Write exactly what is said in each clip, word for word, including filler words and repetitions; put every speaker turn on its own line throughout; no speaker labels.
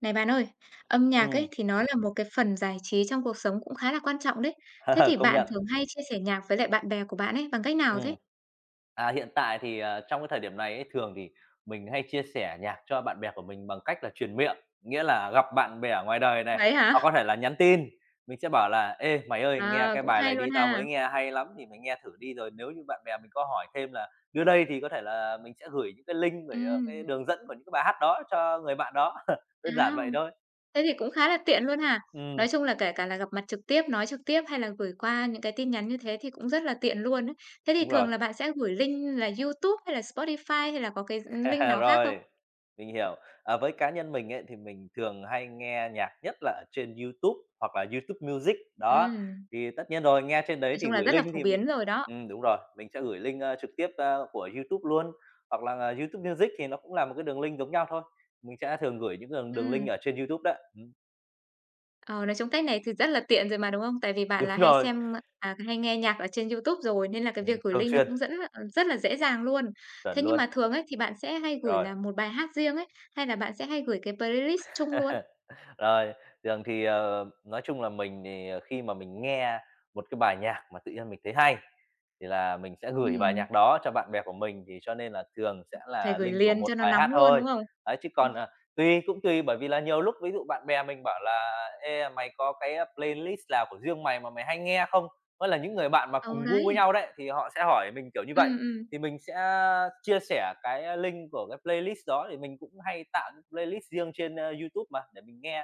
Này bạn ơi, âm nhạc ấy
Ừm,
thì nó là một cái phần giải trí trong cuộc sống cũng khá là quan trọng đấy. Thế thì
công
bạn
nhận.
thường hay chia sẻ nhạc với lại bạn bè của bạn ấy bằng cách nào thế?
Ừm, à, hiện tại thì, ờ, trong cái thời điểm này ấy, thường thì mình hay chia sẻ nhạc cho bạn bè của mình bằng cách là truyền miệng, nghĩa là gặp bạn bè ở ngoài đời này,
Vậy
hoặc
hả?
có thể là nhắn tin, mình sẽ bảo là "Ê, mày ơi, nghe
À,
cái
cũng
bài
hay
này
luôn
đi, tao
ha.
mới nghe hay lắm, thì mày nghe thử đi, rồi nếu như bạn bè mình có hỏi thêm là đưa đây" thì có thể là mình sẽ gửi những cái link rồi, ờ, cái
Ừm,
đường dẫn của những cái bài hát đó cho người bạn đó, đơn giản
à,
vậy thôi.
thế thì cũng khá là tiện luôn ha.
Ừm,
Nói chung là kể cả là gặp mặt trực tiếp, nói trực tiếp hay là gửi qua những cái tin nhắn như thế thì cũng rất là tiện luôn ấy. Thế thì
đúng
thường
rồi.
là bạn sẽ gửi link là YouTube hay là Spotify hay là có cái link
À,
nào khác không?
rồi, mình hiểu. À, với cá nhân mình ấy, thì mình thường hay nghe nhạc nhất là ở trên YouTube hoặc là YouTube Music, đó.
Ừm,
Thì tất nhiên rồi, nghe trên
nói
đấy thì
chung là
gửi
rất là
link
phổ
thì mình
biến rồi đó.
ừm, đúng rồi, mình sẽ gửi link, ơ, trực tiếp, a, của YouTube luôn, hoặc là, à, YouTube Music thì nó cũng là một cái đường link giống nhau thôi. Mình sẽ thường gửi những đường đường link
Ừm.
ở trên YouTube đó. Ừm,
Ờ, nói chung cách này thì rất là tiện rồi mà, đúng không? Tại vì bạn
đúng
là hay
rồi,
xem à, hay nghe nhạc ở trên YouTube rồi, nên là cái
ừm,
việc gửi
thường
link nó
xuyên,
cũng dẫn ờ, rất là dễ dàng luôn.
chuẩn
Thế nhưng
luôn,
mà thường ấy, thì bạn sẽ hay gửi
rồi.
là một bài hát riêng ấy, hay là bạn sẽ hay gửi cái playlist chung luôn?
Rồi, thường thì, ờ, nói chung là mình thì, ờ, khi mà mình nghe một cái bài nhạc mà tự nhiên mình thấy hay, thì là mình sẽ gửi bài
Ừm,
nhạc đó cho bạn bè của mình, thì cho nên là thường sẽ
phải
là
gửi
link của
liền
một
cho nó
bài hát
nóng luôn,
thôi.
đúng không?
Đấy, chứ
Ừm.
còn, à, tùy cũng tùy bởi vì là nhiều lúc ví dụ bạn bè mình bảo là "Ê, mày có cái, a, playlist nào của riêng mày mà mày hay nghe không?" Mới là những người bạn mà
Ừ,
cùng gu với
đấy.
nhau đấy, thì họ sẽ hỏi mình kiểu như vậy.
Ừm, ừm.
Thì mình sẽ chia sẻ cái link của cái playlist đó, thì mình cũng hay tạo những playlist riêng trên, a, YouTube mà, để mình nghe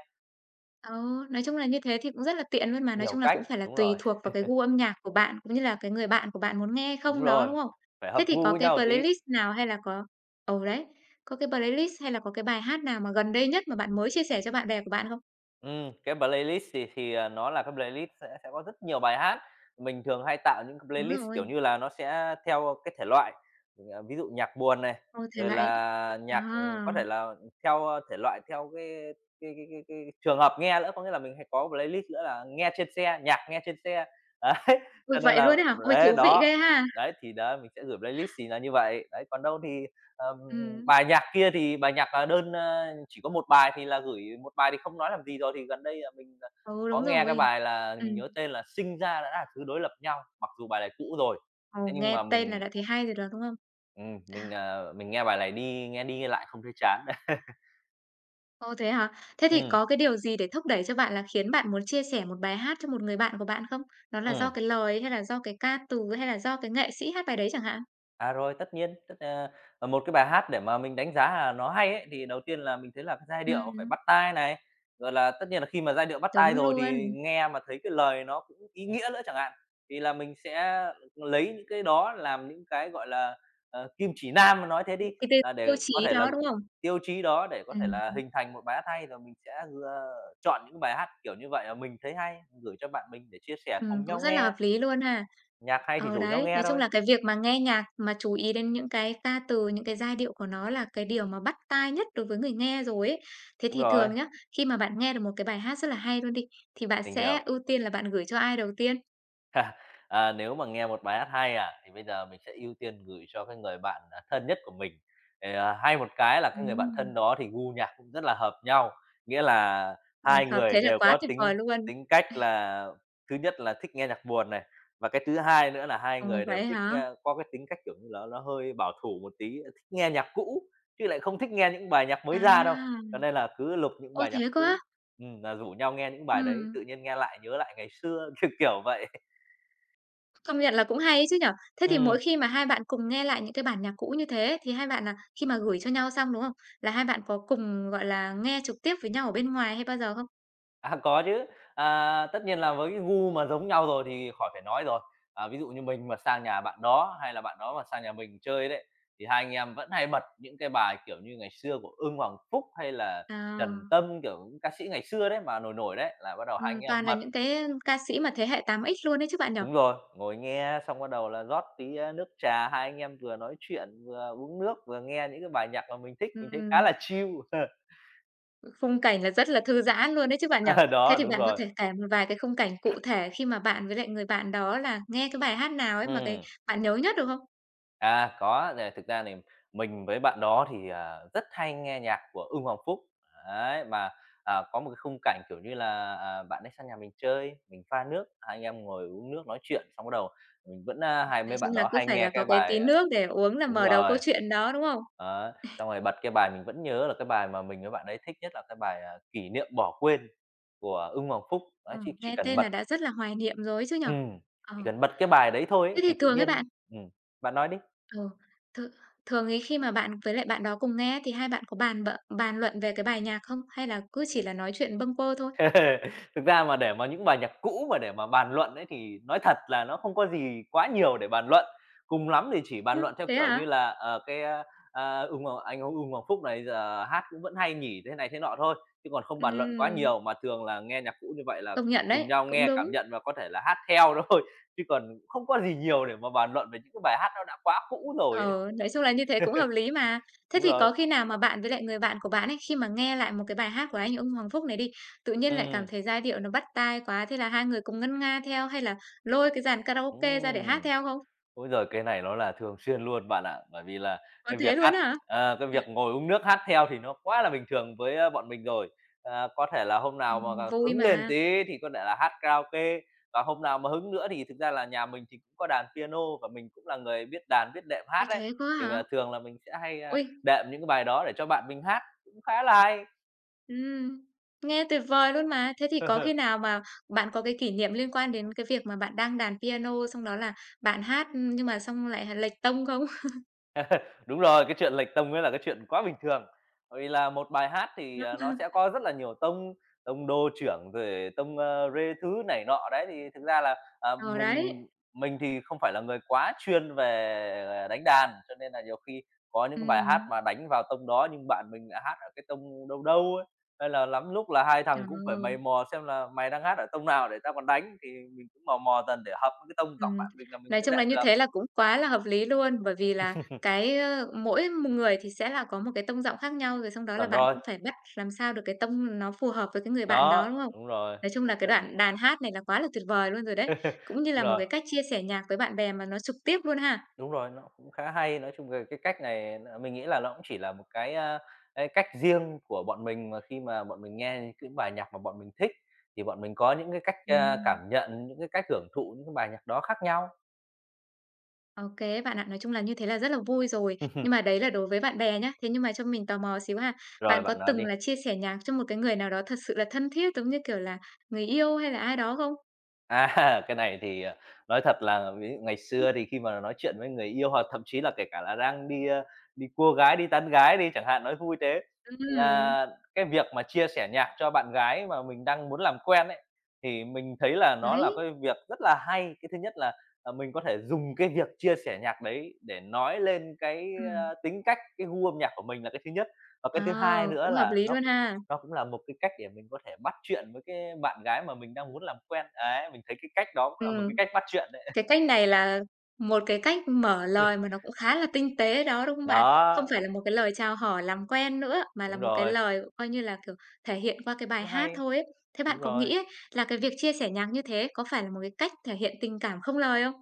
Ờ, nói chung là như thế thì cũng rất là tiện luôn mà, nói
nhiều
chung là
cách.
cũng phải là
Đúng
tùy
rồi,
thuộc vào cái gu âm nhạc của bạn, cũng như là cái người bạn của bạn muốn nghe hay
đúng
không đó,
rồi,
đúng không?
phải
Thế
hợp
thì
gu
có
với
cái
nhau tí.
playlist nào hay là có ừ, đấy, có cái playlist hay là có cái bài hát nào mà gần đây nhất mà bạn mới chia sẻ cho bạn bè của bạn không?
Ừm, cái playlist thì thì, à, nó là cái playlist sẽ sẽ có rất nhiều bài hát. Mình thường hay tạo những cái
Đúng
playlist, kiểu
rồi,
như là, nó sẽ theo cái thể loại, ờ, ví dụ nhạc buồn này,
ôi, thể
rồi
loại
là
à,
nhạc, ừm, có thể là theo, ơ, thể loại theo cái cái cái cái cái trường hợp nghe nữa. Có nghĩa là mình hay có playlist nữa là nghe trên xe, nhạc nghe trên xe. Đấy,
ôi,
cho nên
vậy
là
luôn ấy hả? Ôi,
đấy,
thú vị
đó,
ghê ha!
đấy, thì đó, mình sẽ gửi playlist thì là như vậy. Đấy, còn đâu thì Ờm,
Ừm,
bài nhạc kia thì bài nhạc, à, đơn, a, chỉ có một bài thì là gửi một bài thì không nói làm gì rồi, thì gần đây là mình, à,
ừ,
có
đúng
nghe cái
rồi.
bài là
Ừm,
mình nhớ tên là "Sinh ra đã là thứ đối lập nhau", mặc dù bài này cũ rồi,
ồ,
thế nhưng mà
nghe tên là
mình
đã thấy hay rồi đó, đúng không?
ừm, mình, à, mình nghe bài này đi nghe đi nghe lại không thấy chán.
Ồ, thế hả? Thế thì
Ừ,
có cái điều gì để thúc đẩy cho bạn là khiến bạn muốn chia sẻ một bài hát cho một người bạn của bạn không? Đó là do
ừ.
cái lời hay là do cái ca từ hay là do cái nghệ sĩ hát bài đấy chẳng hạn?
À, rồi, tất nhiên, tất ờ, ờ, một cái bài hát để mà mình đánh giá là nó hay ấy, thì đầu tiên là mình thấy là cái giai điệu phải
Ừm,
bắt tai này, rồi là tất nhiên là khi mà giai điệu bắt
đúng
tai rồi thì
luôn.
nghe mà thấy cái lời nó cũng ý nghĩa nữa chẳng hạn, thì là mình sẽ lấy những cái đó làm những cái, gọi là, ờ, kim chỉ nam mà nói thế đi,
Cái tiêu
là
tiêu
để có
chí
thể là
đó, đúng không?
tiêu chí đó để có thể
Ừm,
là hình thành một bài hát hay, rồi mình sẽ, ờ, chọn những bài hát kiểu như vậy mà mình thấy hay, gửi cho bạn mình để chia sẻ
ừm,
cùng
cũng
nhau
rất là
nghe,
hợp lý luôn ha.
nhạc hay thì
Ờ,
rủ nhau
đấy, nói
nghe
chung
thôi.
là cái việc mà nghe nhạc mà chú ý đến những cái ca từ, những cái giai điệu của nó là cái điều mà bắt tai nhất đối với người nghe rồi ấy. Thế
Đúng
thì
rồi,
thường nhá, khi mà bạn nghe được một cái bài hát rất là hay luôn đi, thì bạn
mình
sẽ
hiểu.
ưu tiên là bạn gửi cho ai đầu tiên?
Ha. À, nếu mà nghe một bài hát hay à, thì bây giờ mình sẽ ưu tiên gửi cho cái người bạn, à, thân nhất của mình. Ờ, hay một cái là cái người bạn thân
Ừm,
đó thì gu nhạc cũng rất là hợp nhau, nghĩa là
ôi,
hai
hợp
người
thế là
đều
quá
có
tuyệt
tính
vời luôn.
tính cách là thứ nhất là thích nghe nhạc buồn này, và cái thứ hai nữa là hai
Ờ,
người đều
vậy
thích
hả?
nghe có cái tính cách, kiểu như là, nó hơi bảo thủ một tí, thích nghe nhạc cũ, chứ lại không thích nghe những bài nhạc mới
À,
ra đâu. Cho nên là cứ lục những
ôi,
bài nhạc
thế quá!
cũ, ừm, là rủ nhau nghe những bài đấy,
Ừm,
tự nhiên nghe lại nhớ lại ngày xưa, kiểu, kiểu vậy.
công nhận là cũng hay ấy chứ nhở? Thế thì mỗi
Ừm,
khi mà hai bạn cùng nghe lại những cái bản nhạc cũ như thế thì hai bạn là khi mà gửi cho nhau xong, đúng không? Là hai bạn có cùng, gọi là, nghe trực tiếp với nhau ở bên ngoài hay bao giờ không?
à, có chứ. À, tất nhiên là với cái gu mà giống nhau rồi thì khỏi phải nói rồi. À, ví dụ như mình mà sang nhà bạn đó, hay là bạn đó mà sang nhà mình chơi đấy, thì hai anh em vẫn hay bật những cái bài, kiểu như, ngày xưa của Ưng Hoàng Phúc hay là
À,
Trần Tâm, kiểu, những ca sĩ ngày xưa đấy mà nổi nổi đấy, là bắt đầu hai
ừm,
anh em
toàn là
bật
những cái ca sĩ mà thế hệ tám x luôn đấy chứ bạn nhở?
đúng rồi, ngồi nghe xong bắt đầu là rót tí, a, nước trà, hai anh em vừa nói chuyện, vừa uống nước, vừa nghe những cái bài nhạc mà mình thích, mình thấy khá
Ừm.
là chill.
Khung cảnh là rất là thư giãn luôn đấy chứ bạn nhỉ? Thế
Đó,
thì
đúng
bạn có
rồi.
thể kể một vài cái khung cảnh cụ thể khi mà bạn với lại người bạn đó là nghe cái bài hát nào ấy mà cái
Ừm.
bạn nhớ nhất được không?
À, có, nè, thực ra này mình với bạn đó thì, à, rất hay nghe nhạc của Ưng Hoàng Phúc. Đấy, mà, à, có một cái khung cảnh, kiểu như là, à, bạn ấy sang nhà mình chơi, mình pha nước, hai anh em ngồi uống nước nói chuyện, xong bắt đầu mình vẫn, a, hay
Nói
mấy bạn
chung là
đó
cứ
hay
phải
nghe
là có
cái
cái tí
bài à
nước để uống là
đúng
mở đầu câu
rồi.
chuyện đó, đúng không?
Đó, xong rồi bật cái bài mình vẫn nhớ là cái bài mà mình với bạn ấy thích nhất là cái bài, à, "Kỷ niệm bỏ quên" của Ưng Hoàng Phúc. Đấy,
Ừm,
chỉ chỉ
nghe
cần
tên
bật
là đã rất là hoài niệm rồi ấy chứ nhỉ?
ừm,
Ờ,
chỉ cần bật cái bài đấy thôi
thế
ấy
thì
thì tự
thường ấy
nhiên
bạn
ừm, bạn nói đi.
ờ, th thường ấy khi mà bạn với lại bạn đó cùng nghe thì hai bạn có bàn bợ bàn luận về cái bài nhạc không? Hay là cứ chỉ là nói chuyện bâng quơ thôi?
Thực ra mà để mà những bài nhạc cũ mà để mà bàn luận ấy thì nói thật là nó không có gì quá nhiều để bàn luận, cùng lắm thì chỉ bàn
Ừ,
luận theo
thế
kiểu như
hả?
là, ờ, cái, a, a, "Ưng Hoàng anh Ưng Hoàng Phúc này giờ hát cũng vẫn hay nhỉ?" thế này thế nọ thôi, chứ còn không bàn luận quá
Ừm,
nhiều, mà thường là nghe nhạc cũ như vậy là
công
cùng
nhận
cùng
đấy,
nhau
cũng
nghe,
đúng.
cảm nhận và có thể là hát theo thôi, chứ còn không có gì nhiều để mà bàn luận về những cái bài hát nó đã quá cũ rồi ấy.
Ừ, nói chung là như thế cũng hợp lý mà. Thế
Đúng
thì
rồi.
có khi nào mà bạn với lại người bạn của bạn ấy, khi mà nghe lại một cái bài hát của anh Ung Hoàng Phúc này đi, tự nhiên lại cảm
Ừm,
thấy giai điệu nó bắt tai quá, thế là hai người cùng ngân nga theo hay là lôi cái dàn karaoke ra để hát
ừm.
theo không?
Ôi giời, cái này nó là thường xuyên luôn bạn ạ. Bởi vì là
Có
cái việc
thế luôn
hát
á hả?
ờ, cái việc ngồi uống nước hát theo thì nó quá là bình thường với, a, bọn mình rồi. À, có thể là hôm nào mà,
Ừm,
à,
vui
hứng lên
mà.
tí thì có thể là hát karaoke, và hôm nào mà hứng nữa thì thực ra là nhà mình thì cũng có đàn piano và mình cũng là người biết đàn, biết đệm hát
Ôi,
đấy
thế quá
thì
hả?
là thường là mình sẽ hay, a,
Ui,
đệm những cái bài đó để cho bạn mình hát, cũng khá là hay.
ừm, nghe tuyệt vời luôn mà. Thế thì có khi nào mà bạn có cái kỷ niệm liên quan đến cái việc mà bạn đang đàn piano xong đó là bạn hát nhưng mà xong lại lệch tông không?
Đúng rồi, cái chuyện lệch tông ấy là cái chuyện quá bình thường. Bởi vì là một bài hát thì, ờ, nó sẽ có rất là nhiều tông, tông đô trưởng rồi tông, ơ, rê thứ này nọ đấy, thì thực ra là, à,
Ờ,
mình
đấy.
mình thì không phải là người quá chuyên về à, đánh đàn, cho nên là nhiều khi có những
Ừ.
cái bài hát mà đánh vào tông đó nhưng bạn mình lại hát ở cái tông đâu đâu ấy, hay là lắm lúc là hai
Ờ.
thằng cũng phải mày mò xem là "Mày đang hát ở tông nào để tao còn đánh?" Thì mình cũng mò mò dần để hợp với cái tông giọng
Ừm,
bạn mình là mình
nói
mới
chung
đệm
là như
được.
thế là cũng quá là hợp lý luôn, bởi vì là cái, ơ, mỗi một người thì sẽ là có một cái tông giọng khác nhau, rồi xong đó là
Chuẩn
bạn
rồi,
cũng phải bắt làm sao được cái tông nó phù hợp với cái người bạn đó,
đó,
đúng không?
đúng rồi,
Nói chung
cái
là cái
chuyện
đoạn đàn hát này là quá là tuyệt vời luôn rồi đấy, cũng như
đúng
là một
rồi,
cái cách chia sẻ nhạc với bạn bè mà nó trực tiếp luôn ha.
đúng rồi, nó cũng khá hay. Nói chung về cái cách này n mình nghĩ là nó cũng chỉ là một cái, a, cái cách riêng của bọn mình mà khi mà bọn mình nghe những cái bài nhạc mà bọn mình thích thì bọn mình có những cái cách, a,
Ừm,
cảm nhận, những cái cách hưởng thụ những cái bài nhạc đó khác nhau.
ô, bạn ạ, nói chung là như thế là rất là vui rồi, nhưng mà đấy là đối với bạn bè nhá. Thế nhưng mà cho mình tò mò xíu ha,
Rồi,
bạn có
bạn nói
từng
đi.
là chia sẻ nhạc cho một cái người nào đó thật sự là thân thiết, giống như kiểu là người yêu hay là ai đó không?
À, cái này thì, ờ, nói thật là ví dụ ngày xưa thì khi mà nói chuyện với người yêu, hoặc thậm chí là kể cả là đang đi, ơ, đi cua gái, đi tán gái đi chẳng hạn, nói vui thế,
Ừm,
là cái việc mà chia sẻ nhạc cho bạn gái mà mình đang muốn làm quen ấy, thì mình thấy là nó
đấy,
là cái việc rất là hay. Cái thứ nhất là, ờ, mình có thể dùng cái việc chia sẻ nhạc đấy để nói lên cái,
ừm,
a, tính cách, cái gu âm nhạc của mình là cái thứ nhất. Và cái
ờ,
thứ hai nữa
cũng hợp
là
lý
nó
luôn ha.
nó cũng là một cái cách để mình có thể bắt chuyện với cái bạn gái mà mình đang muốn làm quen, ấy, mình thấy cái cách đó cũng là một
Ừm,
cái cách bắt chuyện đấy.
cái cách này là một cái cách mở lời mà nó cũng khá là tinh tế đó, đúng không bạn? Không
Đó,
phải là một cái lời chào hỏi làm quen nữa, mà là
đúng
một cái
rồi,
lời coi như là, kiểu, thể hiện qua cái bài
cũng
hát
hay,
thôi ấy. Thế bạn
đúng
có
rồi.
nghĩ ấy, là cái việc chia sẻ nhạc như thế có phải là một cái cách thể hiện tình cảm không lời không?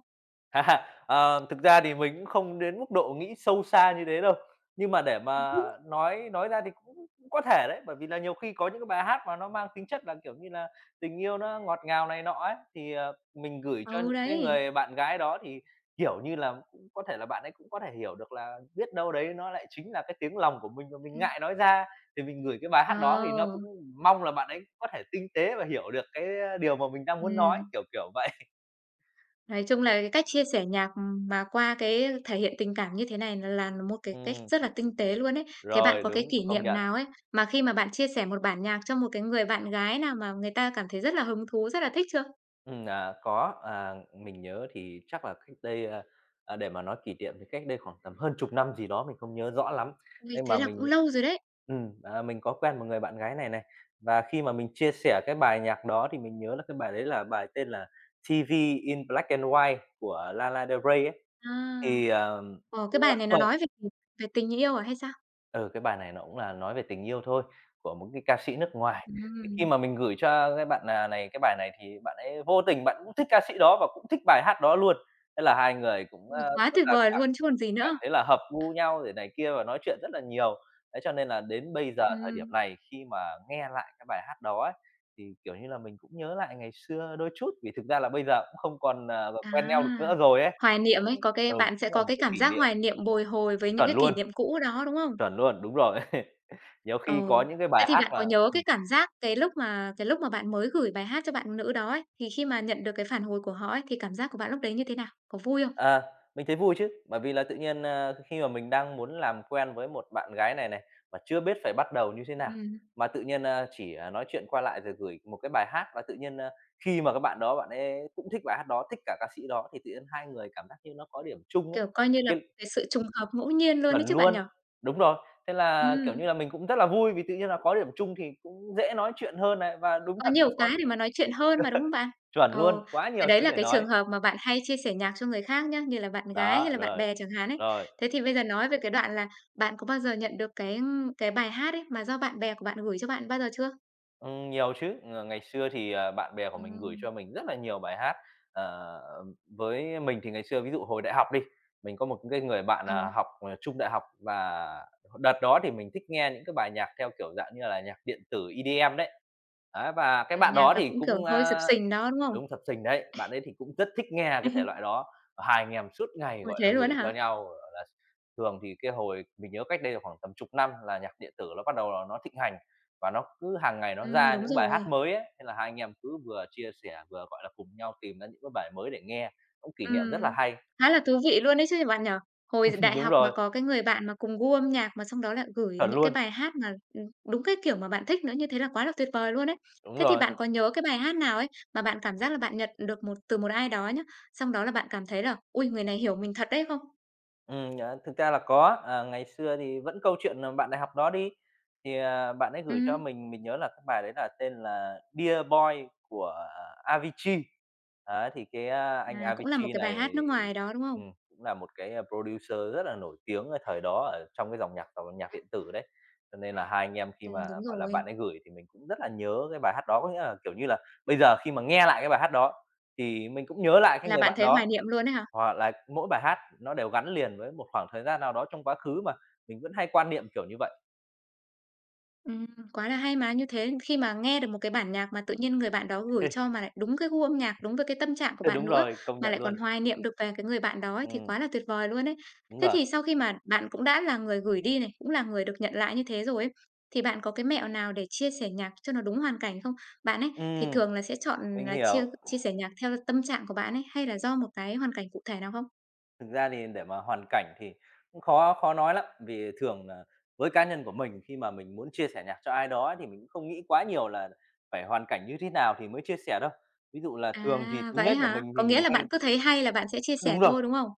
À, ờ, thực ra thì mình cũng không đến mức độ nghĩ sâu xa như thế đâu, nhưng mà để mà nói nói ra thì cũng cũng có thể đấy, bởi vì là nhiều khi có những cái bài hát mà nó mang tính chất là, kiểu như là, tình yêu nó ngọt ngào này nọ ấy, thì, ờ, mình gửi cho
Ừ,
những cái
đấy,
người bạn gái đó thì, kiểu như là, cũng có thể là bạn ấy cũng có thể hiểu được là biết đâu đấy nó lại chính là cái tiếng lòng của mình mà mình
ừm,
ngại nói ra, thì mình gửi cái bài hát đó thì nó cũng
ờ,
mong là bạn ấy có thể tinh tế và hiểu được cái, điều mà mình đang muốn nói,
ừm.
kiểu, kiểu vậy.
Nói chung là cái cách chia sẻ nhạc, mà qua cái thể hiện tình cảm như thế này là là một cái cách
Ừm,
rất là tinh tế luôn ấy. Thế bạn
rồi,
có cái
đúng,
kỷ
công
niệm
nhận.
nào ấy, mà khi mà bạn chia sẻ một bản nhạc cho một cái người bạn gái nào mà người ta cảm thấy rất là hứng thú, rất là thích chưa?
Ừm, à, có, à, mình nhớ thì chắc là cách đây, a, à, để mà nói kỷ niệm thì cách đây khoảng tầm hơn chục năm gì đó, mình không nhớ rõ lắm.
Ôi,
Nhưng
thế
mà
là cũng
mình
lâu rồi đấy.
ừm, à, mình có quen một người bạn gái này này, và khi mà mình chia sẻ cái bài nhạc đó thì mình nhớ là cái bài đấy là bài tên là "tê vê in Black and White" của Lana Del Rey ấy.
À,
Thì, ờ
ờ, cái bài này nó nói về gì? Về tình yêu à hay sao?
Ừ, cái bài này nó cũng là nói về tình yêu thôi, của một cái ca sĩ nước ngoài. Thì khi
Ừm,
mà mình gửi cho cái bạn, à, này cái bài này thì bạn ấy vô tình bạn cũng thích ca sĩ đó và cũng thích bài hát đó luôn. Thế là hai người cũng,
ôi,
a,
quá
rất
tuyệt
là
vời
cảm
luôn chứ còn gì
cảm
nữa.
thấy là hợp gu nhau rồi này kia và nói chuyện rất là nhiều. Đấy, cho nên là đến bây giờ thời điểm
Ừm,
này khi mà nghe lại cái bài hát đó ấy, thì, kiểu như là, mình cũng nhớ lại ngày xưa đôi chút, vì thực ra là bây giờ cũng không còn, à, quen nhau được
à,
nữa rồi ấy.
hoài niệm
Cũng
ấy, có cái
ừ,
bạn sẽ
cũng là
có
một
cái
cái
cảm
kỷ
giác
niệm
hoài niệm bồi hồi với những
chuẩn
cái kỷ
luôn,
niệm cũ đó, đúng không?
chuẩn luôn, đúng rồi. Nhiều
Ờ,
khi có những cái
thế
bài
thì
hát
bạn có
mà
nhớ
ừm,
cái cảm giác cái lúc mà cái lúc mà bạn mới gửi bài hát cho bạn nữ đó ấy, thì khi mà nhận được cái phản hồi của họ ấy, thì cảm giác của bạn lúc đấy như thế nào? Có vui không?
à, mình thấy vui chứ, bởi vì là tự nhiên, a, khi mà mình đang muốn làm quen với một bạn gái này này, mà chưa biết phải bắt đầu như thế nào,
Ừm.
mà tự nhiên, a, chỉ, à, nói chuyện qua lại rồi gửi một cái bài hát và tự nhiên, a, khi mà các bạn đó bạn ấy cũng thích bài hát đó, thích cả ca sĩ đó thì tự nhiên hai người cảm giác như nó có điểm chung á,
Kiểu, coi như là
cái
cái sự trùng hợp ngẫu nhiên luôn đấy
chuẩn
chứ bạn nhỉ?
luôn. Đúng rồi, thế là, kiểu như
Ừm,
là, mình cũng rất là vui vì tự nhiên là có điểm chung thì cũng dễ nói chuyện hơn này, và đúng
có
thật là
nhiều cái
son
để mà nói chuyện hơn mà, đúng không bạn?
chuẩn luôn,
Ồ,
quá
thế
nhiều
đấy
thứ
là
để
cái
nói.
trường hợp mà bạn hay chia sẻ nhạc cho người khác nhá, như là bạn gái hay
Đó,
là bạn
rồi,
bè chẳng hạn ấy.
rồi.
Thế thì bây giờ nói về cái đoạn là bạn có bao giờ nhận được cái cái bài hát ấy mà do bạn bè của bạn gửi cho bạn bao giờ chưa?
Ừm, nhiều chứ. Ng ngày xưa thì, à, bạn bè của mình gửi
Ừm.
cho mình rất là nhiều bài hát. Ờ, với mình thì ngày xưa ví dụ hồi đại học đi, mình có một cái người bạn,
Ờ.
à, học, ờ, chung đại học và đợt đó thì mình thích nghe những cái bài nhạc theo kiểu dạng như là nhạc điện tử E D M đấy. Ấy, và cái
À,
bạn
nhạc
đó
là
thì
cũng, kiểu,
cũng,
hơi xập
a
xình đó, đúng không?
Đúng, sập sình đấy, bạn ấy thì cũng rất thích nghe cái thể loại đó, Ờ, hai anh em suốt ngày,
Ôi,
gọi là,
thế luôn á
gửi cho
hả?
nhau, gọi là, thường thì cái hồi mình nhớ cách đây là khoảng tầm chục năm là nhạc điện tử nó bắt đầu là nó thịnh hành và nó cứ hàng ngày nó
Ừm,
ra
đúng
những bài hát
rồi.
mới ấy, thế là hai anh em cứ vừa chia sẻ vừa, gọi là, cùng nhau tìm ra những cái bài mới để nghe, cũng kỷ niệm rất là
Ừm,
hay.
khá là thú vị luôn đấy chứ bạn nhỉ? Hồi đại
Đúng
học mà
rồi,
có cái người bạn mà cùng gu âm nhạc mà xong đó lại gửi
chuẩn
những cái
luôn,
bài hát mà, ừm, đúng cái kiểu mà bạn thích nữa, như thế là quá là tuyệt vời luôn ấy.
đúng
Thế thì
rồi.
bạn có nhớ cái bài hát nào ấy mà bạn cảm giác là bạn nhận được một từ một ai đó nhá, xong đó là bạn cảm thấy là "Ôi, người này hiểu mình thật đấy" không?
Ừm, ờ, thực ra là có, à, ngày xưa thì vẫn câu chuyện, là bạn đại học đó đi, thì, à, bạn ấy gửi cho
Ừm,
mình, mình nhớ là cái bài đấy là tên là "Dear Boy" của à, Avicii. Đấy, thì cái, a, anh
à, cũng là một
Avicii
cái bài hát
này,
nước ngoài đó, đúng không?
ừm, cũng là một cái, a, producer rất là nổi tiếng ở thời đó ở trong cái dòng nhạc dòng nhạc điện tử đấy. Cho nên là hai anh em khi
Ừm,
mà,
đúng
gọi là, bạn
rồi.
ấy gửi thì mình cũng rất là nhớ cái bài hát đó, có nghĩa là, kiểu như là, bây giờ khi mà nghe lại cái bài hát đó thì mình cũng nhớ lại cái
Là
người
bạn
bạn
thấy hoài
đó.
niệm luôn ấy hả?
Hoặc là mỗi bài hát nó đều gắn liền với một khoảng thời gian nào đó trong quá khứ mà, mình vẫn hay quan niệm kiểu như vậy.
Ừm, quá là hay mà, như thế khi mà nghe được một cái bản nhạc mà tự nhiên người bạn đó gửi cho mà lại đúng cái gu âm nhạc, đúng với cái tâm trạng của
Ờ,
bạn
đúng
nữa,
rồi, công
mà
nhận
lại còn
luôn.
hoài niệm được về cái người bạn đó ấy, thì
Ừm,
quá là tuyệt vời luôn ấy.
đúng
Thế
rồi.
thì sau khi mà bạn cũng đã là người gửi đi này, cũng là người được nhận lại như thế rồi ấy, thì bạn có cái mẹo nào để chia sẻ nhạc cho nó đúng hoàn cảnh không? Bạn ấy thì
Ừm,
thường là sẽ chọn
mình
là chia
hiểu.
chia sẻ nhạc theo tâm trạng của bạn ấy, hay là do một cái hoàn cảnh cụ thể nào không?
Thực ra thì để mà hoàn cảnh thì cũng khó khó nói lắm, vì thường nà với cá nhân của mình khi mà mình muốn chia sẻ nhạc cho ai đó thì mình cũng không nghĩ quá nhiều là phải hoàn cảnh như thế nào thì mới chia sẻ đâu. Ví dụ là thường thì
À,
tính
vậy
nết của
hả?
mình
Có
thì
nghĩa
mình
là bạn
hay
cứ thấy hay là bạn sẽ chia sẻ
đúng rồi.
thôi, đúng không?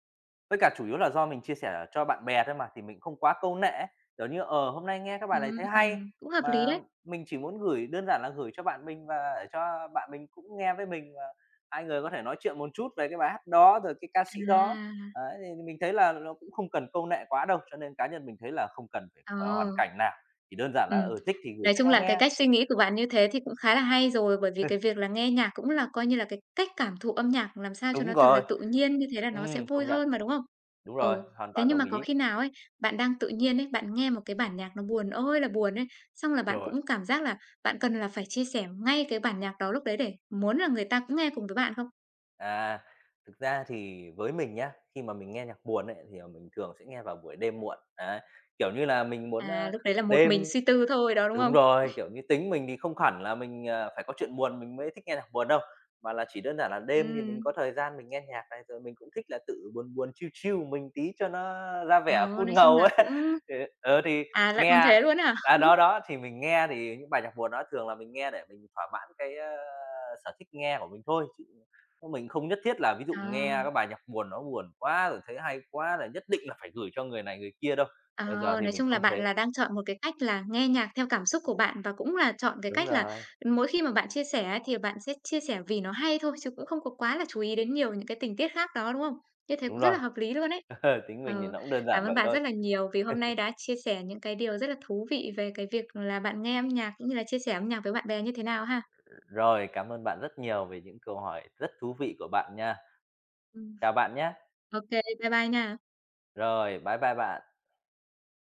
Với cả chủ yếu là do mình chia sẻ cho bạn bè thôi mà, thì mình không quá câu nệ ấy, kiểu như, ờ, hôm nay nghe các bài này thấy hay,
Ừm, cũng hợp lý
mà
đấy.
mình chỉ muốn gửi đơn giản là gửi cho bạn mình và để cho bạn mình cũng nghe với mình và hai người có thể nói chuyện một chút về cái bài hát đó, rồi cái ca sĩ đó.
À.
Đấy, thì mình thấy là nó cũng không cần câu nệ quá đâu, cho nên cá nhân mình thấy là không cần phải,
Ờ,
ờ, hoàn cảnh nào, chỉ đơn giản là,
ừm.
ừ, thích thì gửi
Nói
cho
chung
nhau
là
nghe.
cái cách suy nghĩ của bạn như thế thì cũng khá là hay rồi, bởi vì cái việc là nghe nhạc cũng là coi như là cái cách cảm thụ âm nhạc làm sao cho
Đúng
nó thật là
rồi,
tự nhiên, như thế là nó sẽ
ừm,
vui
công nhận,
hơn mà, đúng không?
đúng
Ừ,
rồi, hoàn
thế
toàn
nhưng mà
đồng
có
ý.
khi nào ấy, bạn đang tự nhiên ấy, bạn nghe một cái bản nhạc nó buồn ơi là buồn ấy, xong là bạn
Rồi.
cũng cảm giác là bạn cần là phải chia sẻ ngay cái bản nhạc đó lúc đấy để muốn là người ta cũng nghe cùng với bạn không?
À, thực ra thì với mình nhá, khi mà mình nghe nhạc buồn ấy, thì, ờ, mình thường sẽ nghe vào buổi đêm muộn, đấy. Kiểu như là, mình muốn,
À,
ơ,
lúc đấy là một mình
đêm
suy tư thôi đó, đúng không?
Đúng rồi, kiểu như, tính mình thì không hẳn là mình, ờ, phải có chuyện buồn mình mới thích nghe nhạc buồn đâu, mà là chỉ đơn giản là đêm thì mình có
Ừm,
thời gian mình nghe nhạc này, rồi mình cũng thích là tự buồn buồn, chill chill mình tí cho nó ra
ờ,
vẻ cool
nói chung
ngầu
là
ấy.
cũng
Ờ, ờ, thì
à, lại còn
nghe
thế luôn á hả?
à, đó, đó, thì mình nghe thì những bài nhạc buồn đó thường là mình nghe để mình thỏa mãn cái, ơ, sở thích nghe của mình thôi, chứ mình không nhất thiết là ví dụ
Ờ.
nghe các bài nhạc buồn nó buồn quá rồi thấy hay quá là nhất định là phải gửi cho người này người kia đâu.
Ờ,
Bây giờ thì
nói
mình
chung là
không
bạn
thế.
là đang chọn một cái cách là nghe nhạc theo cảm xúc của bạn và cũng là chọn cái
Đúng
cách là
rồi,
mỗi khi mà bạn chia sẻ ấy, thì bạn sẽ chia sẻ vì nó hay thôi chứ cũng không có quá là chú ý đến nhiều những cái tình tiết khác đó, đúng không? Như thế
đúng
cũng rất
rồi.
là hợp lý luôn ấy.
Ờ, tính mình thì
Ờ,
nó cũng đơn
cảm
giản
ơn
vậy
bạn
thôi.
rất là nhiều vì hôm nay đã chia sẻ những cái điều rất là thú vị về cái việc là bạn nghe âm nhạc cũng như là chia sẻ âm nhạc với bạn bè như thế nào ha.
Rồi, cảm ơn bạn rất nhiều về những câu hỏi rất thú vị của bạn nha.
Ừm.
Chào bạn nhé
OK, bye bye nha.
Rồi, bye bye bạn.